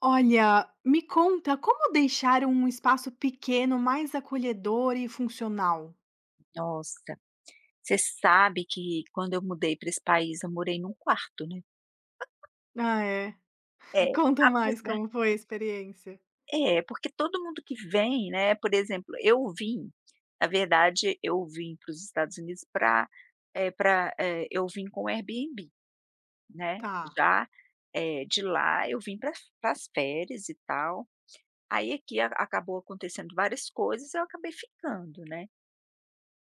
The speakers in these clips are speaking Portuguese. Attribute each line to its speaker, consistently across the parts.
Speaker 1: Olha, me conta, como deixar um espaço pequeno mais acolhedor e funcional?
Speaker 2: Nossa, você sabe que quando eu mudei para esse país, eu morei num quarto, né.
Speaker 1: Ah, é?
Speaker 2: É,
Speaker 1: Conta mais
Speaker 2: apesar
Speaker 1: como foi a experiência.
Speaker 2: porque todo mundo que vem, né, por exemplo, eu vim na verdade, eu vim para os Estados Unidos para, é, para eh, eu vim com o Airbnb, né,
Speaker 1: Tá.
Speaker 2: já, de lá eu vim para as férias e tal. Aí aqui a acabou acontecendo várias coisas, eu acabei ficando, né.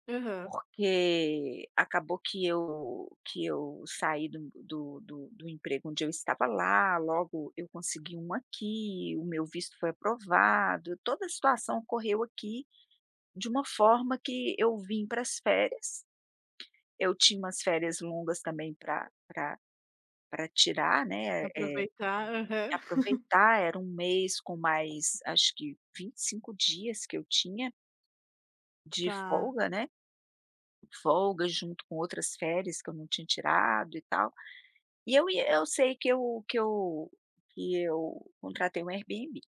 Speaker 1: Aham.
Speaker 2: Porque acabou que eu saí do emprego onde eu estava lá, logo eu consegui um aqui, o meu visto foi aprovado, toda a situação ocorreu aqui de uma forma que eu vim para as férias. Eu tinha umas férias longas também para para pra tirar, né,
Speaker 1: Aproveitar. Aham.
Speaker 2: aproveitar. Era um mês com mais acho que 25 dias que eu tinha de
Speaker 1: Tá.
Speaker 2: folga, né, folga junto com outras férias que eu não tinha tirado e tal. Eu sei que eu contratei um Airbnb.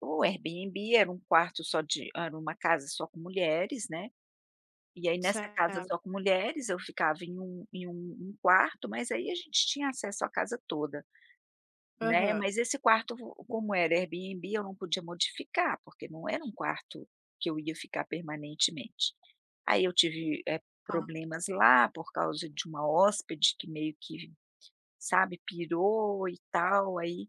Speaker 2: O Airbnb era um quarto só, de era uma casa só com mulheres, né, e aí nessa casa
Speaker 1: Certo.
Speaker 2: só com mulheres, eu ficava em um quarto, mas aí a gente tinha acesso à casa toda, né.
Speaker 1: Aham.
Speaker 2: Mas esse quarto, como era Airbnb, eu não podia modificar, porque não era um quarto que eu ia ficar permanentemente. Aí eu tive,
Speaker 1: Tá.
Speaker 2: problemas lá por causa de uma hóspede que meio que, sabe, pirou e tal. Aí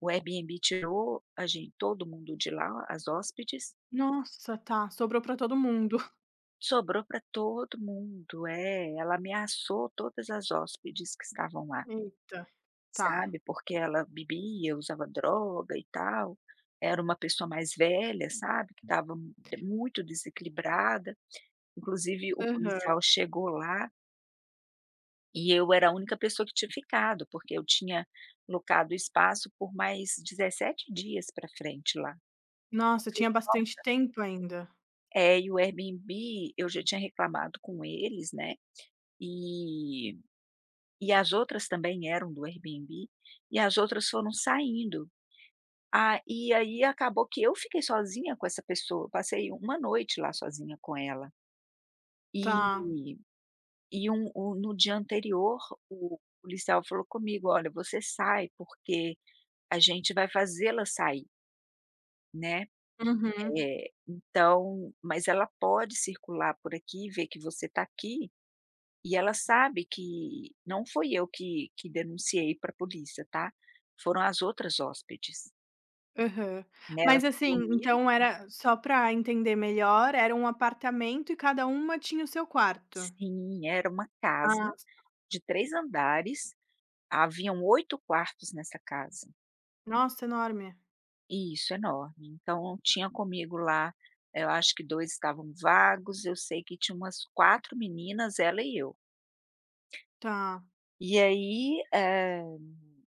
Speaker 2: o Airbnb tirou a gente, todo mundo de lá, as hóspedes,
Speaker 1: Nossa, tá. Sobrou pra todo mundo.
Speaker 2: sobrou para todo mundo. É, ela ameaçou todas as hóspedes que estavam lá,
Speaker 1: Eita. Tá.
Speaker 2: sabe, porque ela bebia, usava droga e tal, era uma pessoa mais velha, sabe, que estava muito desequilibrada. Inclusive, o
Speaker 1: Aham.
Speaker 2: policial chegou lá, e eu era a única pessoa que tinha ficado, porque eu tinha locado o espaço por mais 17 dias para frente lá. Eu
Speaker 1: Nossa,
Speaker 2: falei:
Speaker 1: tinha bastante tempo ainda.
Speaker 2: É, e o Airbnb, eu já tinha reclamado com eles, né, e e as outras também eram do Airbnb, e as outras foram saindo. Ah, e aí acabou que eu fiquei sozinha com essa pessoa, eu passei uma noite lá sozinha com ela. E
Speaker 1: Tá.
Speaker 2: e um o no dia anterior, o policial falou comigo: "Olha, você sai, porque a gente vai fazê-la sair, né,
Speaker 1: Uhum.
Speaker 2: então, mas ela pode circular por aqui, ver que você está aqui. E ela sabe que não foi eu que denunciei pra polícia, tá, foram as outras hóspedes,
Speaker 1: Aham.
Speaker 2: né, elas
Speaker 1: Mas
Speaker 2: se
Speaker 1: assim,
Speaker 2: reuniram".
Speaker 1: então, era só para entender melhor, era um apartamento e cada uma tinha o seu quarto?
Speaker 2: Sim, era uma
Speaker 1: Ah,
Speaker 2: casa de 3 andares, haviam 8 quartos nessa casa.
Speaker 1: nossa, enorme.
Speaker 2: E isso, é enorme. Então tinha comigo lá, eu acho que 2 estavam vagos, eu sei que tinha umas 4 meninas, ela e eu.
Speaker 1: Tá,
Speaker 2: E aí,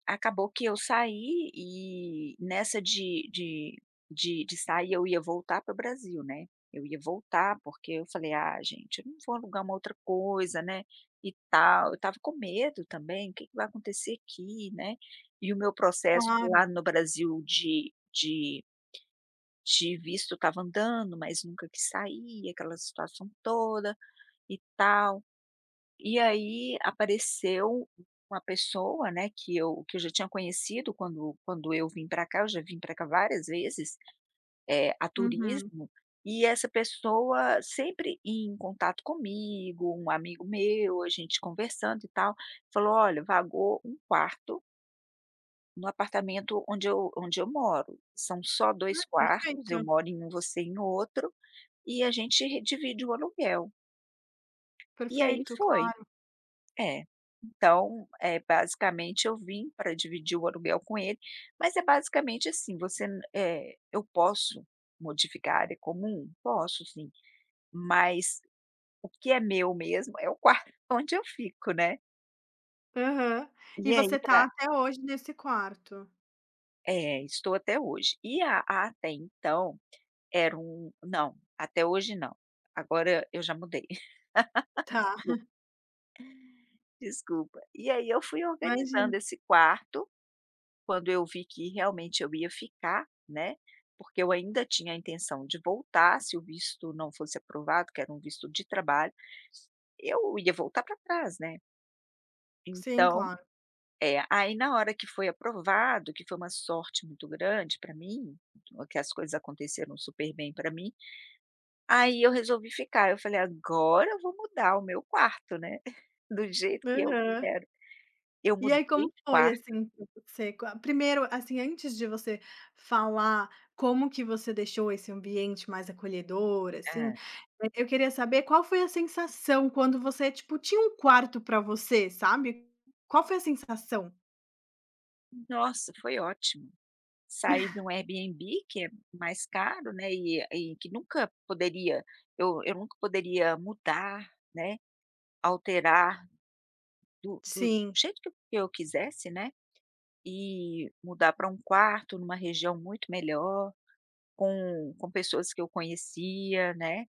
Speaker 2: acabou que eu saí, e nessa de sair, eu ia voltar para o Brasil, né. Eu ia voltar, porque eu falei: "Ah, gente, eu não vou alugar uma outra coisa, né, e tal". Eu estava com medo também, o que que vai acontecer aqui, né. E o meu processo
Speaker 1: claro.
Speaker 2: lá no Brasil de visto estava andando, mas nunca que saía aquela situação toda e tal. E aí apareceu uma pessoa, né, que eu já tinha conhecido, quando eu vim para cá. Eu já vim para cá várias vezes, a
Speaker 1: Uhum.
Speaker 2: turismo, e essa pessoa sempre em contato comigo, um amigo meu, a gente conversando e tal, falou: "Olha, vagou um quarto no apartamento onde eu moro, são só
Speaker 1: Ah,
Speaker 2: dois quartos,
Speaker 1: perfeito,
Speaker 2: eu moro em um, você em outro, e a gente divide o aluguel". E aí
Speaker 1: perfeito,
Speaker 2: foi.
Speaker 1: claro.
Speaker 2: É. Então, é basicamente eu vim para dividir o aluguel com ele, mas é basicamente assim, eu posso modificar a área comum? Posso, sim, mas o que é meu mesmo é o quarto onde eu fico, né.
Speaker 1: Aham. E
Speaker 2: E
Speaker 1: você
Speaker 2: aí pra
Speaker 1: tá até hoje nesse quarto?
Speaker 2: É, estou até hoje. Até então, era um, não, até hoje não. Agora eu já mudei,
Speaker 1: Tá,
Speaker 2: desculpa. E aí eu fui
Speaker 1: imagino.
Speaker 2: organizando esse quarto. Quando eu vi que realmente eu ia ficar, né, porque eu ainda tinha a intenção de voltar, se o visto não fosse aprovado, que era um visto de trabalho, eu ia voltar para trás, né.
Speaker 1: Sim,
Speaker 2: Então,
Speaker 1: claro.
Speaker 2: é, aí na hora que foi aprovado, que foi uma sorte muito grande para mim, que as coisas aconteceram super bem para mim, aí eu resolvi ficar. Eu falei: "Agora eu vou mudar o meu quarto, né, do jeito que eu
Speaker 1: Aham.
Speaker 2: quero". Eu
Speaker 1: E aí,
Speaker 2: mudei
Speaker 1: como
Speaker 2: de
Speaker 1: foi,
Speaker 2: quarto.
Speaker 1: assim, pra você qua primeiro, assim, antes de você falar como que você deixou esse ambiente mais acolhedor, assim,
Speaker 2: Hã.
Speaker 1: eu queria saber qual foi a sensação quando você, tipo, tinha um quarto pra você, sabe. Qual foi a sensação?
Speaker 2: Nossa, foi ótimo. Sair de um Airbnb que é mais caro, né, e que nunca poderia, eu nunca poderia mudar, né, alterar do
Speaker 1: Sim.
Speaker 2: jeito que eu quisesse, né, e mudar para um quarto numa região muito melhor, com pessoas que eu conhecia, né.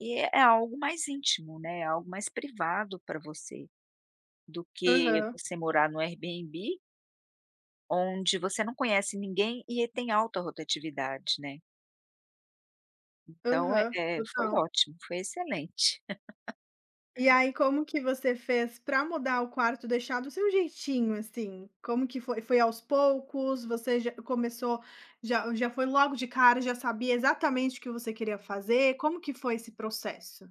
Speaker 2: E é algo mais íntimo, né, é algo mais privado para você, do que
Speaker 1: Aham,
Speaker 2: você morar no Airbnb, onde você não conhece ninguém e tem alta rotatividade, né. Então,
Speaker 1: aham,
Speaker 2: foi
Speaker 1: total.
Speaker 2: ótimo, foi excelente.
Speaker 1: E aí, como que você fez para mudar o quarto, deixar do seu jeitinho, assim? Como que foi? Foi aos poucos? Você já começou, já já foi logo de cara, já sabia exatamente o que você queria fazer? Como que foi esse processo?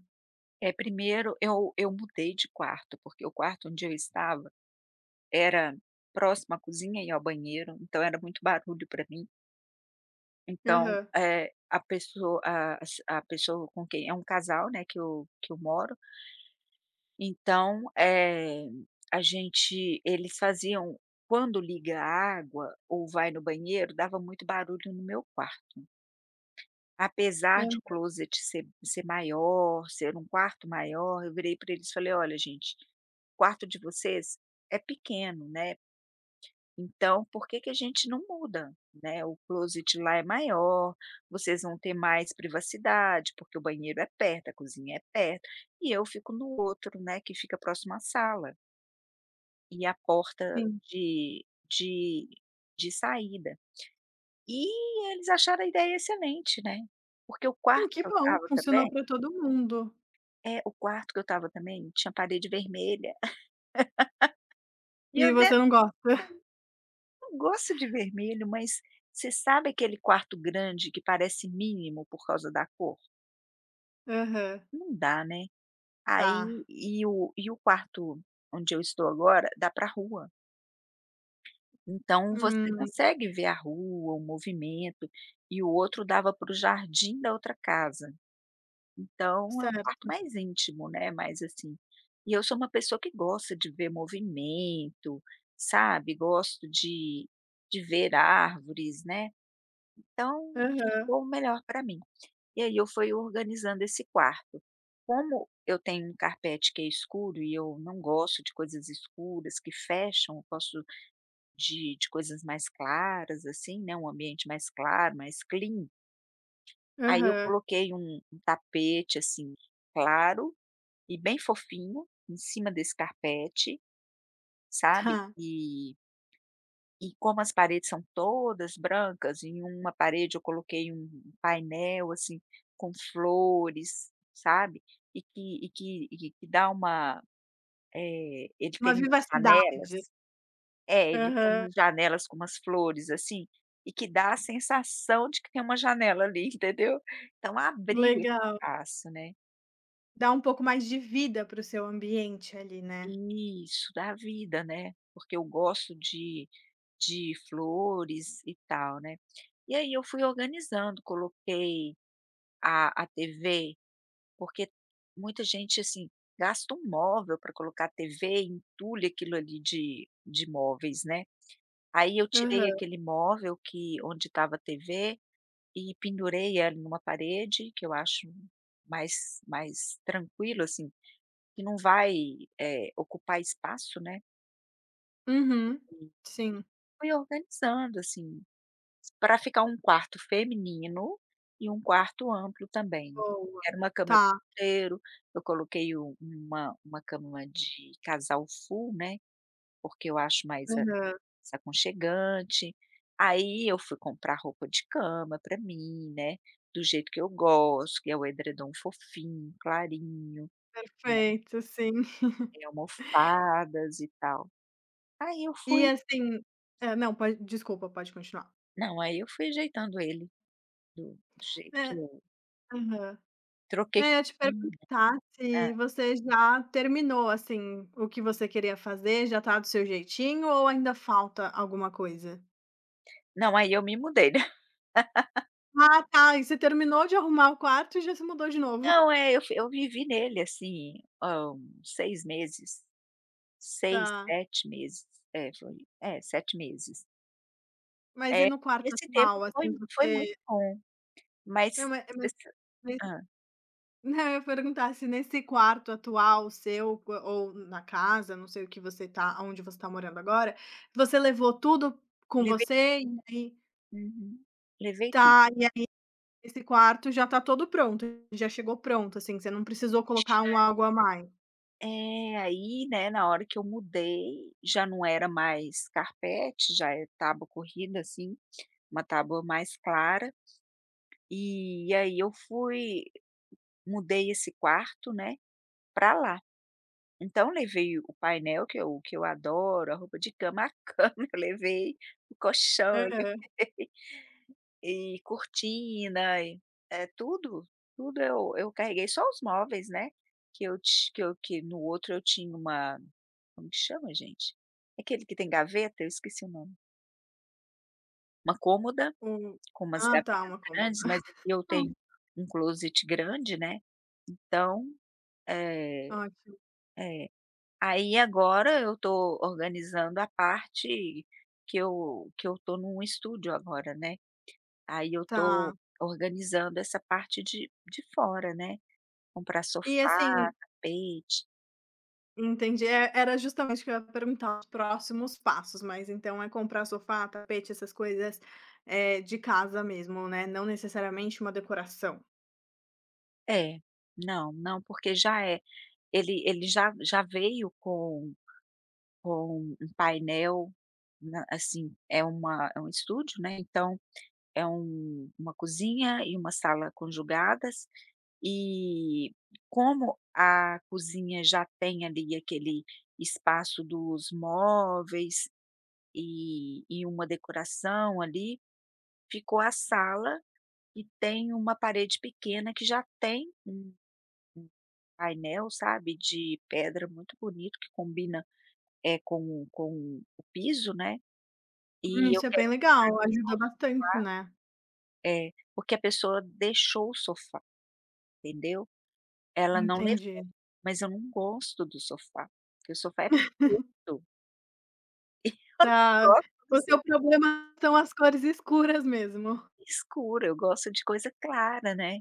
Speaker 2: É, primeiro eu mudei de quarto, porque o quarto onde eu estava era próximo à cozinha e ao banheiro, então era muito barulho para mim. Então,
Speaker 1: Aham.
Speaker 2: a pessoa, a pessoa com quem é um casal, né, que eu moro, então, a gente, eles faziam, quando liga a água ou vai no banheiro, dava muito barulho no meu quarto. Apesar de o
Speaker 1: Hã,
Speaker 2: closet ser maior, ser um quarto maior, eu virei para eles e falei: "Olha, gente, o quarto de vocês é pequeno, né, então por que que a gente não muda, né, o closet lá é maior, vocês vão ter mais privacidade, porque o banheiro é perto, a cozinha é perto, e eu fico no outro, né, que fica próximo à sala e a porta
Speaker 1: sim.
Speaker 2: de de de saída". E eles acharam a ideia excelente, né, porque o quarto
Speaker 1: Que
Speaker 2: que eu
Speaker 1: bom,
Speaker 2: estava
Speaker 1: funcionou
Speaker 2: também...
Speaker 1: para todo mundo.
Speaker 2: É, o quarto que eu estava também tinha parede vermelha, e
Speaker 1: E
Speaker 2: eu, de
Speaker 1: você não gosta?
Speaker 2: não gosto de vermelho. Mas você sabe aquele quarto grande que parece mínimo por causa da cor?
Speaker 1: Aham,
Speaker 2: Não dá, né.
Speaker 1: tá.
Speaker 2: Aí, e o quarto onde eu estou agora dá para a rua, então você
Speaker 1: Hum,
Speaker 2: consegue ver a rua, o movimento, e o outro dava para o jardim da outra casa. Então é um quarto
Speaker 1: certo.
Speaker 2: mais íntimo, né, mais assim. E eu sou uma pessoa que gosta de ver movimento, sabe, gosto de ver árvores, né, então
Speaker 1: Aham,
Speaker 2: ficou melhor para mim. E aí eu fui organizando esse quarto. Como eu tenho um carpete que é escuro e eu não gosto de coisas escuras que fecham, eu gosto de coisas mais claras, assim, né, um ambiente mais claro, mais clean. Aí eu
Speaker 1: aham,
Speaker 2: coloquei um tapete, assim, claro e bem fofinho, em cima desse carpete, sabe.
Speaker 1: tá.
Speaker 2: E e como as paredes são todas brancas, em uma parede eu coloquei um painel, assim, com flores, sabe, e que dá uma, ele
Speaker 1: Uma
Speaker 2: tem umas
Speaker 1: vivacidade.
Speaker 2: janelas, é, ele tem
Speaker 1: Aham,
Speaker 2: umas janelas com umas flores, assim, e que dá a sensação de que tem uma janela ali, entendeu. Então abriu esse
Speaker 1: legal.
Speaker 2: espaço, né.
Speaker 1: Dá um pouco mais de vida para o seu ambiente ali, né.
Speaker 2: Isso, da vida, né, porque eu gosto de flores e tal, né. E aí eu fui organizando, coloquei a TV, porque muita gente, assim, gasta um móvel para colocar a TV, entulha aquilo ali de móveis, né. Aí eu tirei
Speaker 1: Aham.
Speaker 2: aquele móvel que onde estava a TV e pendurei ela numa parede, que eu acho mais tranquilo, assim, que não vai, ocupar espaço, né.
Speaker 1: Uhum. Sim.
Speaker 2: Fui organizando, assim, para ficar um quarto feminino e um quarto amplo também.
Speaker 1: Boa.
Speaker 2: Era uma cama de
Speaker 1: Tá.
Speaker 2: solteiro, eu coloquei u uma cama de casal full, né, porque eu acho
Speaker 1: Aham.
Speaker 2: mais aconchegante. Aí eu fui comprar roupa de cama para mim, né, do jeito que eu gosto, que é o edredom fofinho, clarinho, né,
Speaker 1: Perfeito, sim.
Speaker 2: tem almofadas e tal. Aí eu
Speaker 1: E
Speaker 2: fui
Speaker 1: assim, hã, não, pode, desculpa, pode continuar.
Speaker 2: Não, aí eu fui ajeitando ele do do jeito que
Speaker 1: É.
Speaker 2: eu...
Speaker 1: Aham.
Speaker 2: Troquei
Speaker 1: Não, eu ia te
Speaker 2: cozinha.
Speaker 1: perguntar
Speaker 2: É.
Speaker 1: se você já terminou, assim, o que você queria fazer, já tá do seu jeitinho, ou ainda falta alguma coisa?
Speaker 2: Não, aí eu me mudei, né.
Speaker 1: Ah, tá. E você terminou de arrumar o quarto e já se mudou de novo.
Speaker 2: Não, é, eu vivi nele, assim, uns 6 meses, 6
Speaker 1: Tá.
Speaker 2: 7 meses. É, foi, 7 meses.
Speaker 1: Mas e
Speaker 2: É,
Speaker 1: no quarto
Speaker 2: esse tempo
Speaker 1: atual, assim,
Speaker 2: foi
Speaker 1: você
Speaker 2: muito bom,
Speaker 1: não,
Speaker 2: mas
Speaker 1: ma
Speaker 2: você sa
Speaker 1: mas Não, eu ia perguntar se nesse quarto atual, seu co ou na casa, não sei o que você tá, aonde você tá morando agora, você levou tudo com
Speaker 2: levei,
Speaker 1: você? E aí,
Speaker 2: uhum. Levei tudo.
Speaker 1: tá, e aí, esse quarto já tá todo pronto, já chegou pronto, assim, você não precisou colocar um algo a mais?
Speaker 2: É, aí, né, na hora que eu mudei, já não era mais carpete, já é tábua corrida, assim, uma tábua mais clara. E aí eu fui mudei esse quarto, né, para lá. Então levei o painel que eu adoro, a roupa de cama, a cama eu levei, o colchão eu levei,
Speaker 1: Aham.
Speaker 2: e cortina e é tudo, tudo eu carreguei, só os móveis, né, que eu ti que eu que no outro eu tinha uma, como que chama, gente? Aquele que tem gaveta? Eu esqueci o nome. Uma cômoda
Speaker 1: Um
Speaker 2: com umas
Speaker 1: ah, tá,
Speaker 2: gavetas
Speaker 1: uma cômoda.
Speaker 2: grandes, mas aqui eu
Speaker 1: Ah,
Speaker 2: tenho um closet grande, né, então, eh,
Speaker 1: ótimo.
Speaker 2: é. Aí agora eu tô organizando a parte, que eu tô num estúdio agora, né, aí eu
Speaker 1: Tá.
Speaker 2: tô organizando essa parte de fora, né, comprar
Speaker 1: E
Speaker 2: sofá,
Speaker 1: assim,
Speaker 2: tapete,
Speaker 1: entendi. É, era justamente o que eu ia perguntar, os próximos passos, mas então é comprar sofá, tapete, essas coisas, de casa mesmo, né, não necessariamente uma decoração.
Speaker 2: é, não, não, porque já é, ele já veio com um painel, é uma é um estúdio, né, então uma cozinha e uma sala conjugadas. E como a cozinha já tem ali aquele espaço dos móveis e uma decoração ali, ficou a sala, e tem uma parede pequena que já tem um painel, sabe, de pedra, muito bonito, que combina, é, com o piso, né. E,
Speaker 1: Isso
Speaker 2: eu
Speaker 1: é bem
Speaker 2: quero,
Speaker 1: legal, ajuda bastante, né.
Speaker 2: é, porque a pessoa deixou o sofá, entendeu? Ela não levou,
Speaker 1: Entendi.
Speaker 2: mas eu não gosto do sofá, porque o sofá é preto. Eu não
Speaker 1: Tá.
Speaker 2: gosto de
Speaker 1: O
Speaker 2: som
Speaker 1: seu problema são as cores escuras mesmo.
Speaker 2: escuro, eu gosto de coisa clara, né.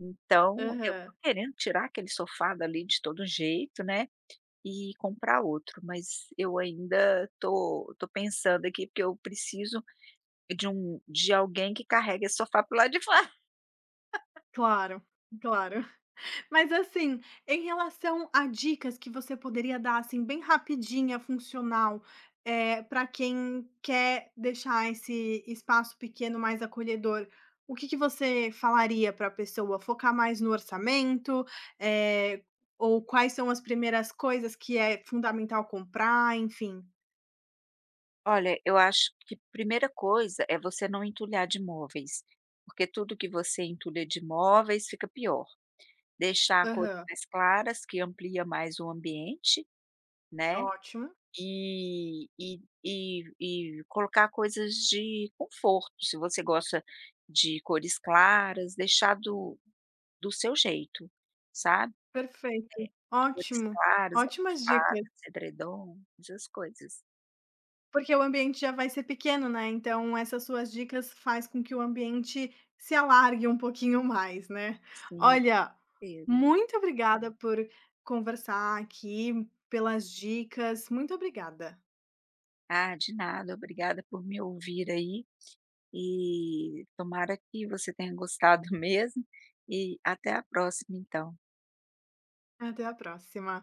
Speaker 2: Então, eu tô
Speaker 1: Aham.
Speaker 2: querendo tirar aquele sofá dali de todo jeito, né, e comprar outro, mas eu ainda tô pensando aqui, porque eu preciso de alguém que carregue esse sofá para o lado de fora.
Speaker 1: Claro, claro. Mas assim, em relação a dicas que você poderia dar, assim, bem rapidinha, funcional, pra quem quer deixar esse espaço pequeno mais acolhedor, o que que você falaria para a pessoa? Focar mais no orçamento, eh, ou quais são as primeiras coisas que é fundamental comprar, enfim?
Speaker 2: Olha, eu acho que primeira coisa é você não entulhar de móveis, porque tudo que você entulha de móveis fica pior. Deixar cores
Speaker 1: Aham,
Speaker 2: mais claras, que amplia mais o ambiente, né.
Speaker 1: ótimo,
Speaker 2: E colocar coisas de conforto, se você gosta de cores claras, deixar do seu jeito, sabe,
Speaker 1: perfeito,
Speaker 2: cores
Speaker 1: ótimo,
Speaker 2: claras,
Speaker 1: ótimas dicas.
Speaker 2: almofadas, edredom, essas coisas.
Speaker 1: Porque o ambiente já vai ser pequeno, né, então essas suas dicas faz com que o ambiente se alargue um pouquinho mais, né.
Speaker 2: Sim,
Speaker 1: Olha,
Speaker 2: certeza.
Speaker 1: muito obrigada por conversar aqui, pelas dicas, muito obrigada.
Speaker 2: Ah, de nada, obrigada por me ouvir aí, e tomara que você tenha gostado mesmo, e até a próxima então.
Speaker 1: Até a próxima.